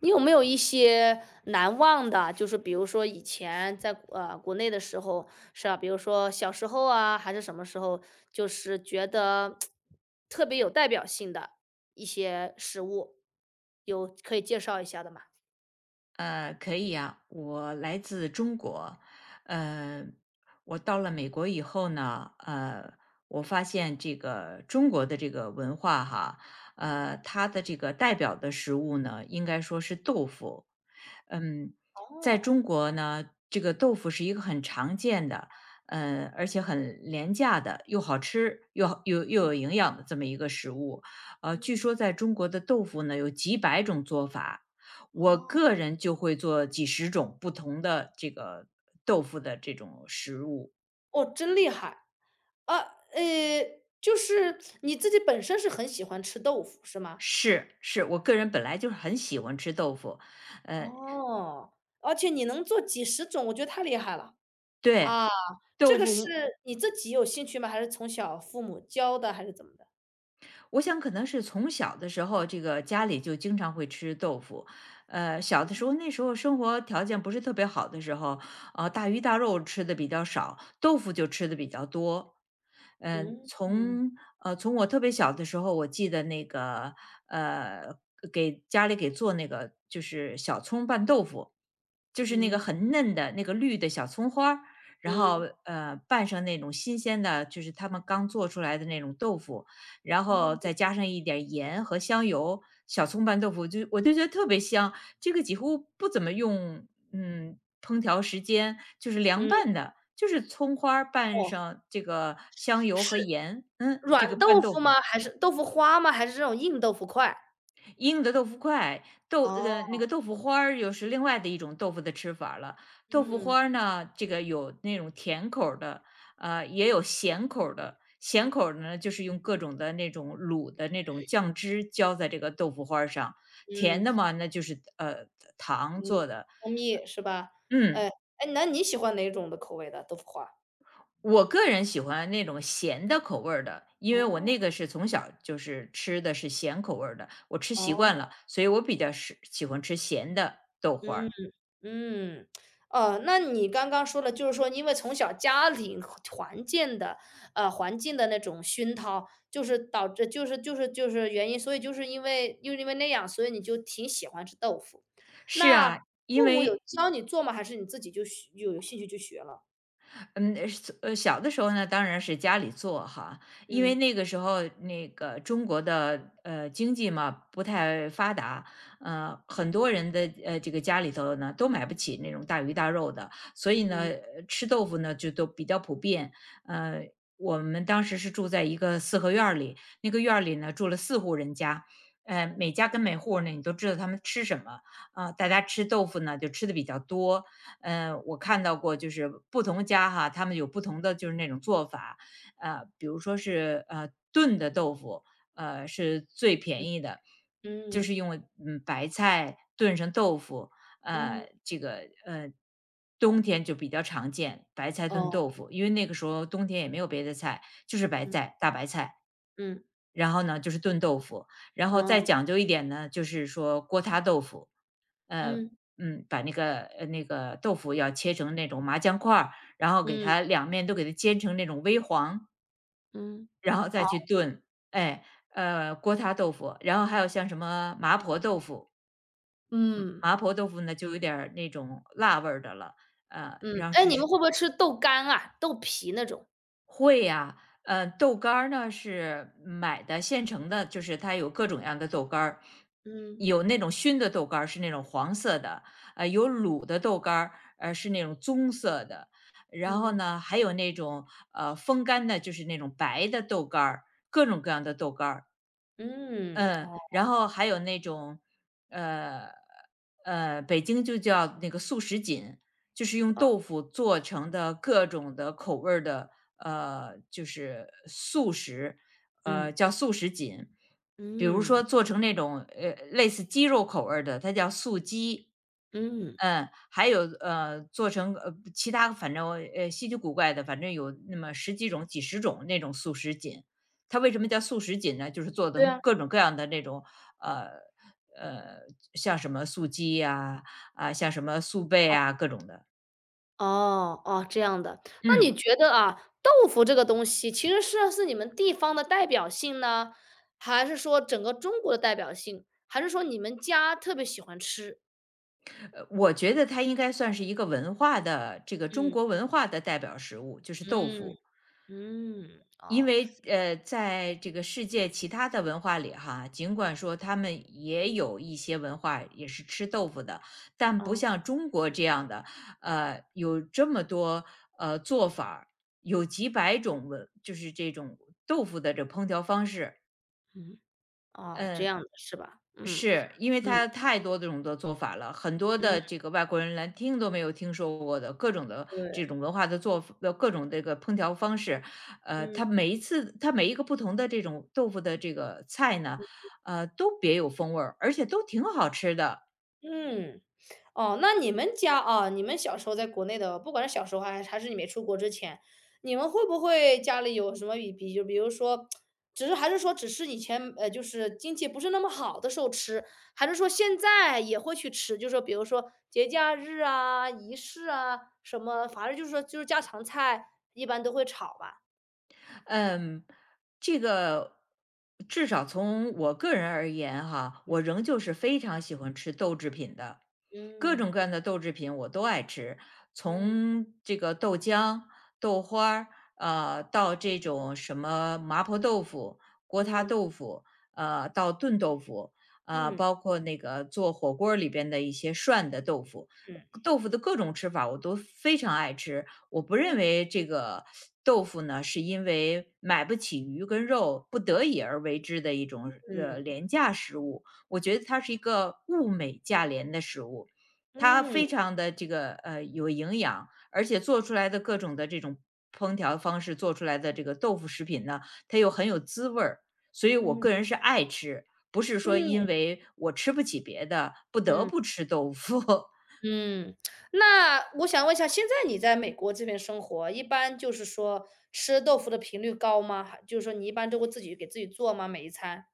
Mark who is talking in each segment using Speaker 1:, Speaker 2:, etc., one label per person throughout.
Speaker 1: 你有没有一些难忘的，就是比如说以前在国内的时候，是啊，比如说小时候啊，还是什么时候，就是觉得特别有代表性的一些食物，有可以介绍一下的吗？
Speaker 2: 可以呀，我来自中国。呃，我到了美国以后呢，我发现这个中国的这个文化哈，它的这个代表的食物呢，应该说是豆腐。嗯，在
Speaker 1: 哦，
Speaker 2: 中国呢，这个豆腐是一个很常见的，而且很廉价的，又好吃又好又又有营养的这么一个食物。据
Speaker 1: 嗯，
Speaker 2: 说在中国的豆腐呢有几百种做法，我
Speaker 1: 哦，
Speaker 2: 个人就会做几十种不同的这个豆腐的这种食物。
Speaker 1: 哦，真厉害啊！呃，就是你自己本身是很喜欢吃豆腐，是吗？
Speaker 2: 是，我个人本来就是很喜欢吃豆腐。呃，
Speaker 1: 哦，而且你能做几十种，我觉得太厉害了。
Speaker 2: 对，
Speaker 1: 啊，这
Speaker 2: 豆
Speaker 1: 个是
Speaker 2: 腐
Speaker 1: 你自己有兴趣吗？还是从小父母教的，还是怎么的？
Speaker 2: 我想可能是从小的时候，这个家里就经常会吃豆腐。小的时候，那时候生活条件不是特别好的时候，大鱼大肉吃的比较少，豆腐就吃的比较多。嗯、
Speaker 1: 嗯嗯
Speaker 2: 从从我特别小的时候，我记得那个呃给家里给做那个就是小葱拌豆腐，就是那个
Speaker 1: 嗯
Speaker 2: 很嫩的那个绿的小葱花儿，然后
Speaker 1: 嗯
Speaker 2: 拌上那种新鲜的，就是他们刚做出来的那种豆腐，然
Speaker 1: 嗯
Speaker 2: 后再加上一点盐和香油，小葱拌豆腐我就觉得特别香。这个几乎不怎么用嗯烹调时间，就是凉
Speaker 1: 嗯，
Speaker 2: 拌的，就是葱花儿拌
Speaker 1: 哦，
Speaker 2: 上这个香油和
Speaker 1: 是
Speaker 2: 盐，嗯，
Speaker 1: 软
Speaker 2: 这个
Speaker 1: 豆
Speaker 2: 拌豆
Speaker 1: 腐
Speaker 2: 腐。
Speaker 1: 吗？还是豆腐花吗？还是这种硬豆腐块？
Speaker 2: 英的豆腐块，
Speaker 1: 哦，
Speaker 2: 那个豆腐花儿又是另外的一种豆腐的吃法儿了。豆腐
Speaker 1: 嗯
Speaker 2: 花儿呢，这个有那种甜口儿的，也有咸口儿的。咸口儿呢，就是用各种的那种卤的那种酱汁浇在这个豆腐花儿上。
Speaker 1: 嗯
Speaker 2: 甜的嘛，那就是糖
Speaker 1: 嗯，
Speaker 2: 做的。
Speaker 1: 蜂蜜是吧？
Speaker 2: 嗯，
Speaker 1: 哎哎，那你喜欢哪种的口味的豆腐花？
Speaker 2: 我个人喜欢那种咸的口味儿的，因为我
Speaker 1: 哦
Speaker 2: 那个是从小就是吃的是咸口味儿的，我吃习
Speaker 1: 哦，
Speaker 2: 惯了，所以我比较是喜欢吃咸的豆花
Speaker 1: 嗯。
Speaker 2: 儿。
Speaker 1: 嗯，哦，那你刚刚说了，就是说因为从小家庭和环境的，环境的那种熏陶，就是导致就是原因，所以就是因为那样，所以你就挺喜欢吃豆腐。
Speaker 2: 是
Speaker 1: 那
Speaker 2: 啊，因
Speaker 1: 父母有
Speaker 2: 为
Speaker 1: 教你做吗？还是你自己就学有兴趣就学了？
Speaker 2: 嗯，小的时候呢，当然是家里做哈，因为
Speaker 1: 嗯
Speaker 2: 那个时候那个中国的经济嘛不太发达，很多人的这个家里头呢都买不起那种大鱼大肉的，所以呢
Speaker 1: 嗯
Speaker 2: 吃豆腐呢就都比较普遍。呃，我们当时是住在一个四合院儿里，那个院儿里呢住了四户人家。每家跟每户儿呢，你都知道他们吃什么啊、大家吃豆腐呢，就吃的比较多。嗯，我看到过就是不同家哈，他们有不同的就是那种做法，比如说是炖的豆腐，呃是最
Speaker 1: 嗯
Speaker 2: 便宜的，就是
Speaker 1: 嗯
Speaker 2: 用嗯白菜炖成豆腐，
Speaker 1: 嗯，
Speaker 2: 呃，这个呃冬天就比较常见，白菜炖
Speaker 1: 哦，
Speaker 2: 豆腐，因为那个时候冬天也没有别的菜，就是白
Speaker 1: 嗯
Speaker 2: 菜大白菜，
Speaker 1: 嗯
Speaker 2: 然后呢就是炖豆腐，然后再
Speaker 1: 哦，
Speaker 2: 讲究一点呢，就是说锅塌豆腐。呃，
Speaker 1: 嗯
Speaker 2: 把那个那个豆腐要切成那种麻酱块儿，然后给
Speaker 1: 嗯
Speaker 2: 它两面都给它煎成那种微黄，
Speaker 1: 嗯，
Speaker 2: 然后再
Speaker 1: 哦，
Speaker 2: 去炖。哎，锅塌豆腐，然后还有像什么麻婆豆腐，嗯
Speaker 1: 嗯
Speaker 2: 麻婆豆腐呢就有点儿那种辣味儿的了，
Speaker 1: 嗯，
Speaker 2: 然后
Speaker 1: 哎，你们
Speaker 2: 是
Speaker 1: 会不会吃豆干啊、豆皮那种？
Speaker 2: 会呀。豆干儿呢是买的现成的，就是它有各种样的豆干儿，
Speaker 1: 嗯。
Speaker 2: 有那种熏的豆干儿是那种黄色的，有卤的豆干儿，是那种棕色的，然后
Speaker 1: 嗯，
Speaker 2: 呢，还有那种风干的，就是那种白的豆干儿，各种各样的豆干儿。
Speaker 1: 嗯，
Speaker 2: 嗯，
Speaker 1: 哦，
Speaker 2: 然后还有那种，呃北京就叫那个素食锦，就是用豆腐做成的各种的口味儿的，就是素食，
Speaker 1: 嗯，
Speaker 2: 叫素食锦。比如
Speaker 1: 嗯，
Speaker 2: 说做成那种类似鸡肉口味儿的，它叫素鸡。
Speaker 1: 嗯。
Speaker 2: 嗯，还有做成其他反正稀奇古怪的，反正有那么十几种、几十种那种素食锦。它为什么叫素食锦呢？就是做的
Speaker 1: 对啊。
Speaker 2: 各种各样的那种，呃呃，像什么素鸡呀，啊，像什么素贝啊，各种的。
Speaker 1: 哦，哦，这样的。那
Speaker 2: 嗯，
Speaker 1: 你觉得啊，豆腐这个东西其实是你们地方的代表性呢？还是说整个中国的代表性？还是说你们家特别喜欢吃？
Speaker 2: 我觉得它应该算是一个文化的这个中
Speaker 1: 嗯，
Speaker 2: 国文化的代表食物，就是豆
Speaker 1: 嗯，
Speaker 2: 腐。
Speaker 1: 嗯，
Speaker 2: 因
Speaker 1: 哦，
Speaker 2: 为，在这个世界其他的文化里哈，尽管说他们也有一些文化也是吃豆腐的，但不
Speaker 1: 哦，
Speaker 2: 像中国这样的，有这么多，做法儿有几百种文就是这种豆腐的这烹调方式。
Speaker 1: 嗯，哦，这
Speaker 2: 嗯，
Speaker 1: 样的是吧？嗯，
Speaker 2: 是，因为
Speaker 1: 嗯，
Speaker 2: 它太多这种的做法了，很多
Speaker 1: 嗯，
Speaker 2: 的这个外国人连听都没有听说过的各种的
Speaker 1: 对，
Speaker 2: 这种文化的做法各种这个烹调方式。呃，它
Speaker 1: 嗯，
Speaker 2: 每一次它每一个不同的这种豆腐的这个菜呢，都别有风味儿，而且都挺好吃的。
Speaker 1: 嗯。哦，那你们家啊，你们小时候在国内的，不管是小时候还是你没出国之前，你们会不会家里有什么就比如说，只是还是说只是以前就是经济不是那么好的时候吃，还是说现在也会去吃？就是说比如说节假日啊、仪式啊什么，反正就是说就是家常菜，一般都会炒吧。
Speaker 2: 嗯，这个至少从我个人而言哈，我仍旧是非常喜欢吃豆制品的，各种
Speaker 1: 嗯
Speaker 2: 各样的豆制品我都爱吃，
Speaker 1: 嗯
Speaker 2: 从这个豆浆、豆花儿，到这种什么麻婆豆腐、锅塌
Speaker 1: 嗯
Speaker 2: 豆腐，到炖豆腐。
Speaker 1: 嗯
Speaker 2: 包括那个做火锅儿里边的一些涮的豆腐，
Speaker 1: 嗯
Speaker 2: 豆腐的各种吃法我都非常爱吃。我不认
Speaker 1: 嗯
Speaker 2: 为这个豆腐呢，是因为买不起鱼跟肉，不得已而为之的一种
Speaker 1: 嗯
Speaker 2: 廉价食物。我觉得它是一个物美价廉的食物，它非
Speaker 1: 嗯
Speaker 2: 常的这个有营养，而且做出来的各种的这种烹调方式做出来的这个豆腐食品呢，它又很有滋味儿，所以我
Speaker 1: 嗯嗯
Speaker 2: 个人是爱吃，不是说因
Speaker 1: 嗯
Speaker 2: 为我吃不起别的，不得
Speaker 1: 嗯。
Speaker 2: 不吃豆腐。
Speaker 1: 嗯，那我想问一下，现在你在美国这边生活，一般就是说吃豆腐的频率高吗？还就是说你一般都会自己给自己做吗？每一餐？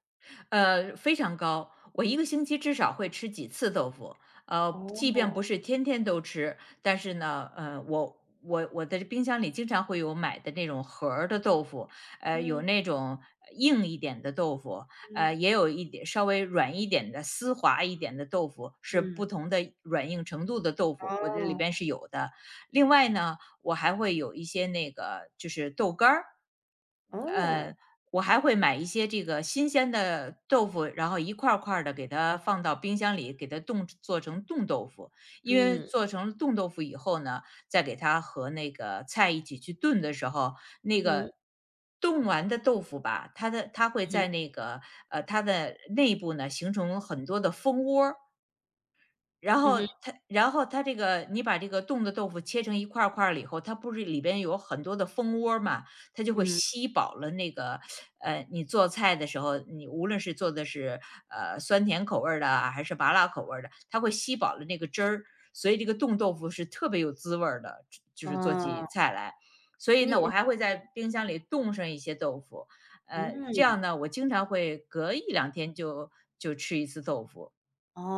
Speaker 2: 非常高。我一个星期至少会吃几次豆腐，即便
Speaker 1: 哦，
Speaker 2: 不是天天都吃，但是呢，我的冰箱里经常会有买的那种盒儿的豆腐，有
Speaker 1: 嗯
Speaker 2: 那种硬一点的豆腐，
Speaker 1: 嗯
Speaker 2: 也有一点稍微软一点的、丝滑一点的豆腐，是不
Speaker 1: 嗯，
Speaker 2: 同的软硬程度的豆腐，我这里
Speaker 1: 哦
Speaker 2: 边是有的。另外呢，我还会有一些那个就是豆干儿。
Speaker 1: 哦，
Speaker 2: 呃。我还会买一些这个新鲜的豆腐，然后一块儿块儿的给它放到冰箱里，给它冻做成冻豆腐。因为
Speaker 1: 嗯
Speaker 2: 做成了冻豆腐以后呢，再给它和那个菜一起去炖的时候，那
Speaker 1: 嗯
Speaker 2: 个冻完的豆腐吧，它会
Speaker 1: 嗯哼
Speaker 2: 在那个它的内部呢形成很多的蜂窝儿，然
Speaker 1: 嗯
Speaker 2: 后
Speaker 1: 哼
Speaker 2: 它然后它这个你把这个冻的豆腐切成一块儿块儿了以后，它不是里边有很多的蜂窝儿嘛，它就会
Speaker 1: 嗯，
Speaker 2: 吸饱了那个，你做菜的时候，你无论是做的是，酸甜口味儿的啊，还是麻辣口味儿的，它会吸饱了那个汁儿，所以这个冻豆腐是特别有滋味儿的，就是做起
Speaker 1: 哦，
Speaker 2: 菜来。所以呢，我
Speaker 1: 你
Speaker 2: 还会在冰箱里冻上一些豆腐，这样
Speaker 1: 嗯
Speaker 2: 呢，我经常会隔一两天就吃一次豆腐，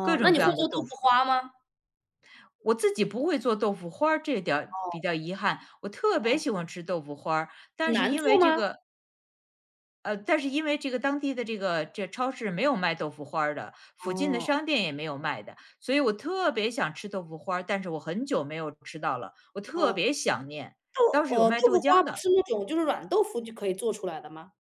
Speaker 2: 各
Speaker 1: 那
Speaker 2: 种
Speaker 1: 你
Speaker 2: 各
Speaker 1: 会
Speaker 2: 样的
Speaker 1: 做豆
Speaker 2: 豆
Speaker 1: 腐
Speaker 2: 腐。
Speaker 1: 花吗？
Speaker 2: 我自己不会做豆腐花儿，这点儿比较遗憾。我特别
Speaker 1: 哦，
Speaker 2: 喜欢吃豆腐花儿，但是
Speaker 1: 难
Speaker 2: 因为
Speaker 1: 做
Speaker 2: 这
Speaker 1: 吗？
Speaker 2: 个当地的这个这超市没有卖豆腐花儿的，附近的
Speaker 1: 哦
Speaker 2: 商店也没有卖的，所以我特别想吃豆腐花儿，但是我很久没有吃到了，我特
Speaker 1: 哦
Speaker 2: 别想念。倒是有
Speaker 1: 哦，
Speaker 2: 卖
Speaker 1: 豆
Speaker 2: 豆
Speaker 1: 腐花
Speaker 2: 浆
Speaker 1: 不
Speaker 2: 的，
Speaker 1: 是那种就是软豆腐就可以做出来的吗？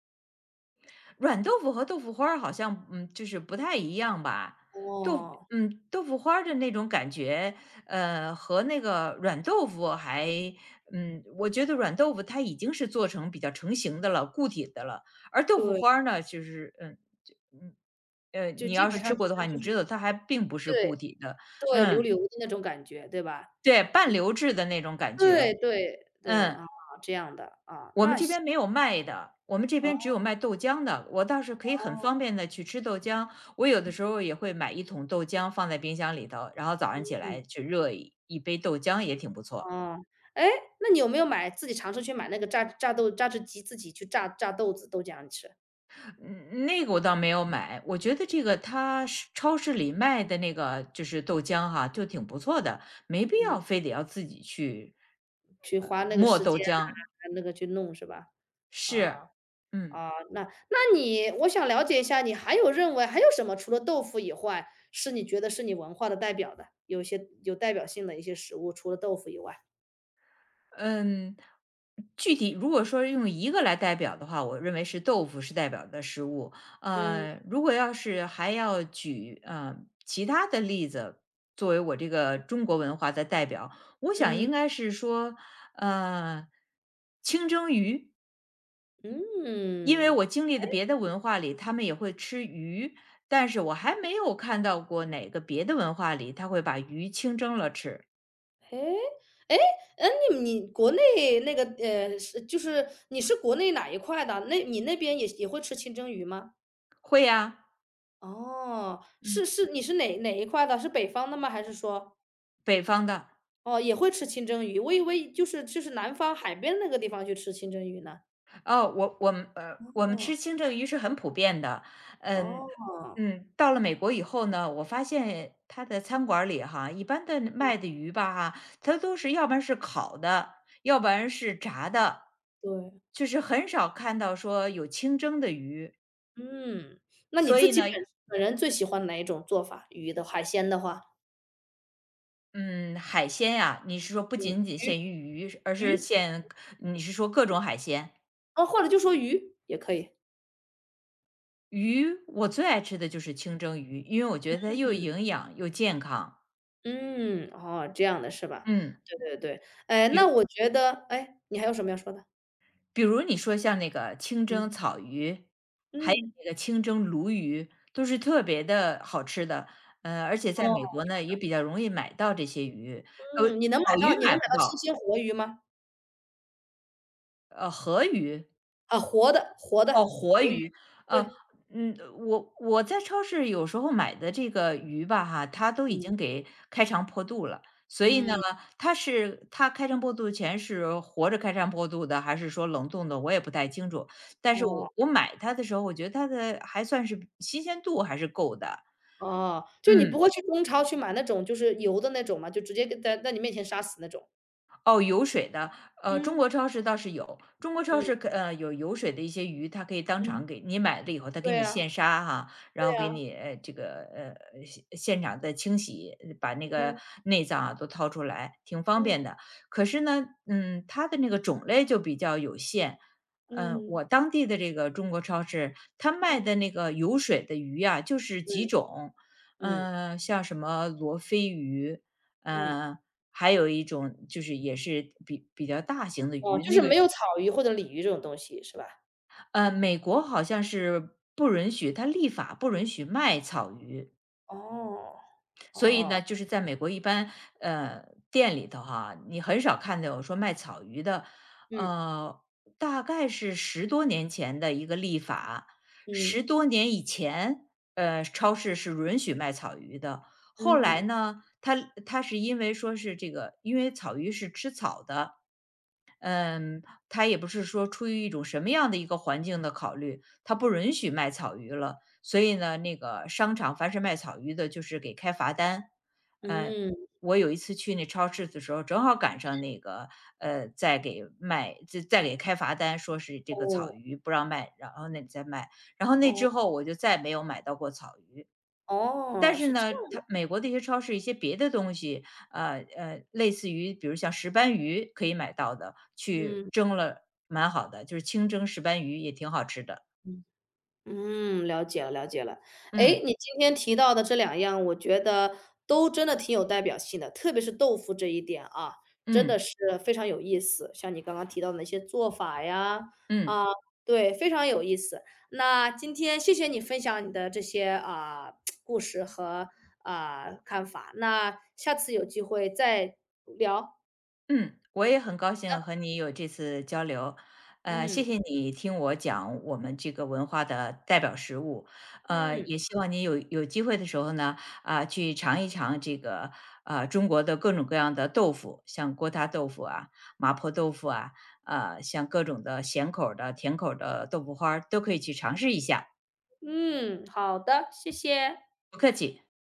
Speaker 2: 软豆腐和豆腐花儿好像，嗯，就是不太一样吧。
Speaker 1: 哦，
Speaker 2: 豆腐花儿的那种感觉，和那个软豆腐还嗯，我觉得软豆腐它已经是做成比较成型的了，固体的了。而豆腐
Speaker 1: 对，
Speaker 2: 花儿呢，就嗯，
Speaker 1: 就
Speaker 2: 你
Speaker 1: 基
Speaker 2: 要
Speaker 1: 本
Speaker 2: 是
Speaker 1: 上
Speaker 2: 吃
Speaker 1: 就
Speaker 2: 过的
Speaker 1: 是
Speaker 2: 话，
Speaker 1: 就
Speaker 2: 你
Speaker 1: 是
Speaker 2: 知道它还并不是
Speaker 1: 对。
Speaker 2: 固体的。
Speaker 1: 对，流
Speaker 2: 嗯，
Speaker 1: 流的那种感觉，对吧？
Speaker 2: 对，半流质的那种感
Speaker 1: 对
Speaker 2: 觉，
Speaker 1: 对对，
Speaker 2: 嗯。
Speaker 1: 啊，这样的，啊，
Speaker 2: 我们
Speaker 1: 那
Speaker 2: 这
Speaker 1: 行，
Speaker 2: 边没有卖的，我们这
Speaker 1: 哦，
Speaker 2: 边只有卖豆浆的。我倒是可以很方便的去吃豆浆，我有的时候也会买一桶豆浆放在冰箱里头，然后早上起来去热一杯豆浆也挺不错。
Speaker 1: 哦。哎，那你有没有买自己尝试去买那个榨汁机，自己去榨榨豆子、豆浆吃？
Speaker 2: 嗯，那个我倒没有买，我觉得这个它是超市里卖的那个就是豆浆哈，就挺不错的，没必
Speaker 1: 嗯，
Speaker 2: 要非得要自己去，
Speaker 1: 去花那个
Speaker 2: 磨
Speaker 1: 时
Speaker 2: 豆
Speaker 1: 间
Speaker 2: 浆，
Speaker 1: 啊，那个去弄是吧？
Speaker 2: 是，
Speaker 1: 啊，
Speaker 2: 嗯。
Speaker 1: 啊，那你我想了解一下，你还有认为还有什么除了豆腐以外，是你觉得是你文化的代表的，有一些有代表性的一些食物，除了豆腐以外？
Speaker 2: 嗯，具体如果说用一个来代表的话，我认为是豆腐是代表的食物。
Speaker 1: 嗯，
Speaker 2: 如果要是还要举其他的例子作为我这个中国文化的代表，我想
Speaker 1: 嗯，
Speaker 2: 应该是说，呃，清蒸鱼，因为
Speaker 1: 嗯。
Speaker 2: 我经历的别的文化里，他们也会吃鱼，但是我还没有看到过哪个别的文化里他会把鱼清蒸了吃。
Speaker 1: 诶，哎嗯，你国内那个，你是国内哪一块的？那你那边也会吃清蒸鱼吗？
Speaker 2: 会呀、
Speaker 1: 哦，是
Speaker 2: 嗯，
Speaker 1: 是，你是哪一块的？是北方的吗？还是说
Speaker 2: 北方的。
Speaker 1: 哦，也会吃清蒸鱼？我以为就是南方海边那个地方去吃清蒸鱼呢。
Speaker 2: 哦，我们吃清蒸鱼是很普遍的，嗯
Speaker 1: 哦，
Speaker 2: 嗯，到了美国以后呢，我发现他的餐馆儿里哈，一般的卖的鱼吧哈，它都是要不然是烤的，要不然是炸的，
Speaker 1: 对，
Speaker 2: 就是很少看到说有清蒸的鱼。
Speaker 1: 嗯，那你
Speaker 2: 所
Speaker 1: 自
Speaker 2: 以
Speaker 1: 己
Speaker 2: 呢，
Speaker 1: 本人最喜欢哪一种做法？鱼的，海鲜的话，
Speaker 2: 嗯，海鲜呀、你是说不
Speaker 1: 嗯
Speaker 2: 仅仅限于鱼，而
Speaker 1: 鱼
Speaker 2: 是
Speaker 1: 鱼，
Speaker 2: 限你是说各种海鲜？
Speaker 1: 哦，或者就说鱼也可以。
Speaker 2: 鱼我最爱吃的就是清蒸鱼，因为我觉得它又营养又健康。
Speaker 1: 嗯，哦，这样的是吧？
Speaker 2: 嗯。
Speaker 1: 对对对。哎，
Speaker 2: 比
Speaker 1: 那
Speaker 2: 如
Speaker 1: 我觉得哎，你还有什么要说的？
Speaker 2: 比如你说像那个清
Speaker 1: 嗯，
Speaker 2: 蒸草鱼，还有
Speaker 1: 嗯，
Speaker 2: 那个清蒸鲈鱼，都是特别的好吃的。而且在美
Speaker 1: 哦。
Speaker 2: 国呢，也比较容易买到这些鱼，
Speaker 1: 嗯，你能买
Speaker 2: 草
Speaker 1: 到
Speaker 2: 鱼
Speaker 1: 你能
Speaker 2: 买
Speaker 1: 买
Speaker 2: 不
Speaker 1: 到新
Speaker 2: 到，
Speaker 1: 鲜活鱼吗？
Speaker 2: 河鱼
Speaker 1: 啊，活的活的
Speaker 2: 哦，活
Speaker 1: 活鱼，
Speaker 2: 鱼，呃，
Speaker 1: 对，
Speaker 2: 嗯，我在超市有时候买的这个鱼吧哈，它都已
Speaker 1: 嗯，
Speaker 2: 经给开肠破肚了，所以呢，
Speaker 1: 嗯，
Speaker 2: 它是它开肠破肚前是活着开肠破肚的，还是说冷冻的，我也不太清楚。但是
Speaker 1: 哦，
Speaker 2: 我买它的时候，我觉得它的还算是新鲜度还是够的，
Speaker 1: 哦，就你不
Speaker 2: 嗯。
Speaker 1: 会去中超去买那种就是油的那种嘛？就直接给在你面前杀死那种？
Speaker 2: 哦，有水的，中
Speaker 1: 嗯，
Speaker 2: 国超市倒是有，中国超
Speaker 1: 嗯，
Speaker 2: 市可呃，有有水的一些鱼，它可以当
Speaker 1: 嗯，
Speaker 2: 场给你买了以后，它给
Speaker 1: 对
Speaker 2: 你
Speaker 1: 呀
Speaker 2: 现杀哈，
Speaker 1: 对
Speaker 2: 然后给
Speaker 1: 呀，
Speaker 2: 你，现场再清洗，把那个
Speaker 1: 嗯，
Speaker 2: 内脏啊都掏出来，挺方
Speaker 1: 嗯，
Speaker 2: 便的。可是呢，嗯，它的那个种类就比较有限。嗯，
Speaker 1: 嗯，
Speaker 2: 我当地的这个中国超市，它卖
Speaker 1: 嗯，
Speaker 2: 的那个有水的鱼啊，就是几
Speaker 1: 嗯，
Speaker 2: 种，
Speaker 1: 嗯，
Speaker 2: 嗯，像什么罗非鱼，
Speaker 1: 嗯，
Speaker 2: 嗯。还有一种就是也是比较大型的
Speaker 1: 哦，
Speaker 2: 鱼，
Speaker 1: 就是
Speaker 2: 那个
Speaker 1: 没有草鱼或者鲤鱼这种东西是吧？
Speaker 2: 美国好像是不允许，它立法不允许卖草鱼，
Speaker 1: 哦。
Speaker 2: 所以
Speaker 1: 哦，
Speaker 2: 呢，就是在美国一般店里头哈，你很少看到有说卖草鱼的，
Speaker 1: 嗯，
Speaker 2: 呃，大概是十多年前的一个立法，
Speaker 1: 嗯，
Speaker 2: 十多年以前，超市是允许卖草鱼的，后来
Speaker 1: 嗯，
Speaker 2: 呢，它是因为说是这个，因为草鱼是吃草的，嗯，他也不是说出于一种什么样的一个环境的考虑，他不允许卖草鱼了。所以呢，那个商场凡是卖草鱼的，就是给开罚单。嗯，
Speaker 1: 嗯，
Speaker 2: 我有一次去那超市的时候，正好赶上那个在给卖，在给开罚单，说是这个草
Speaker 1: 哦，
Speaker 2: 鱼不让卖，然后那里再卖。然后那
Speaker 1: 哦，
Speaker 2: 之后，我就再没有买到过草鱼。
Speaker 1: 哦，
Speaker 2: 但是
Speaker 1: 是这
Speaker 2: 呢，
Speaker 1: 样
Speaker 2: 它美国的一些超市一些别的东西，类似于比如像石斑鱼可以买到的，
Speaker 1: 的，
Speaker 2: 去
Speaker 1: 嗯，
Speaker 2: 蒸了蛮好的，就是清蒸石斑鱼也挺好吃的。
Speaker 1: 嗯，嗯，了解了了解了。哎，
Speaker 2: 嗯，
Speaker 1: 你今天提到的这两样，我觉得都真的挺有代表性的，特别是豆腐这一点啊，真的
Speaker 2: 嗯，
Speaker 1: 是非常有意思，像你刚刚提到的那些做法呀，
Speaker 2: 嗯。
Speaker 1: 啊，对，非常有意思。那今天谢谢你分享你的这些，啊，故事和，啊，看法，那下次有机会再聊。
Speaker 2: 嗯，我也很高兴和你有这次交流，谢
Speaker 1: 嗯
Speaker 2: 谢你听我讲我们这个文化的代表食物，
Speaker 1: 嗯
Speaker 2: 也希望你有机会的时候呢，啊、去尝一尝这个中国的各种各样的豆腐，像锅塌豆腐啊、麻婆豆腐啊，像各种的咸口儿的、甜口儿的豆腐花儿都可以去尝试一下，
Speaker 1: 嗯，好的，谢谢。
Speaker 2: 不客气。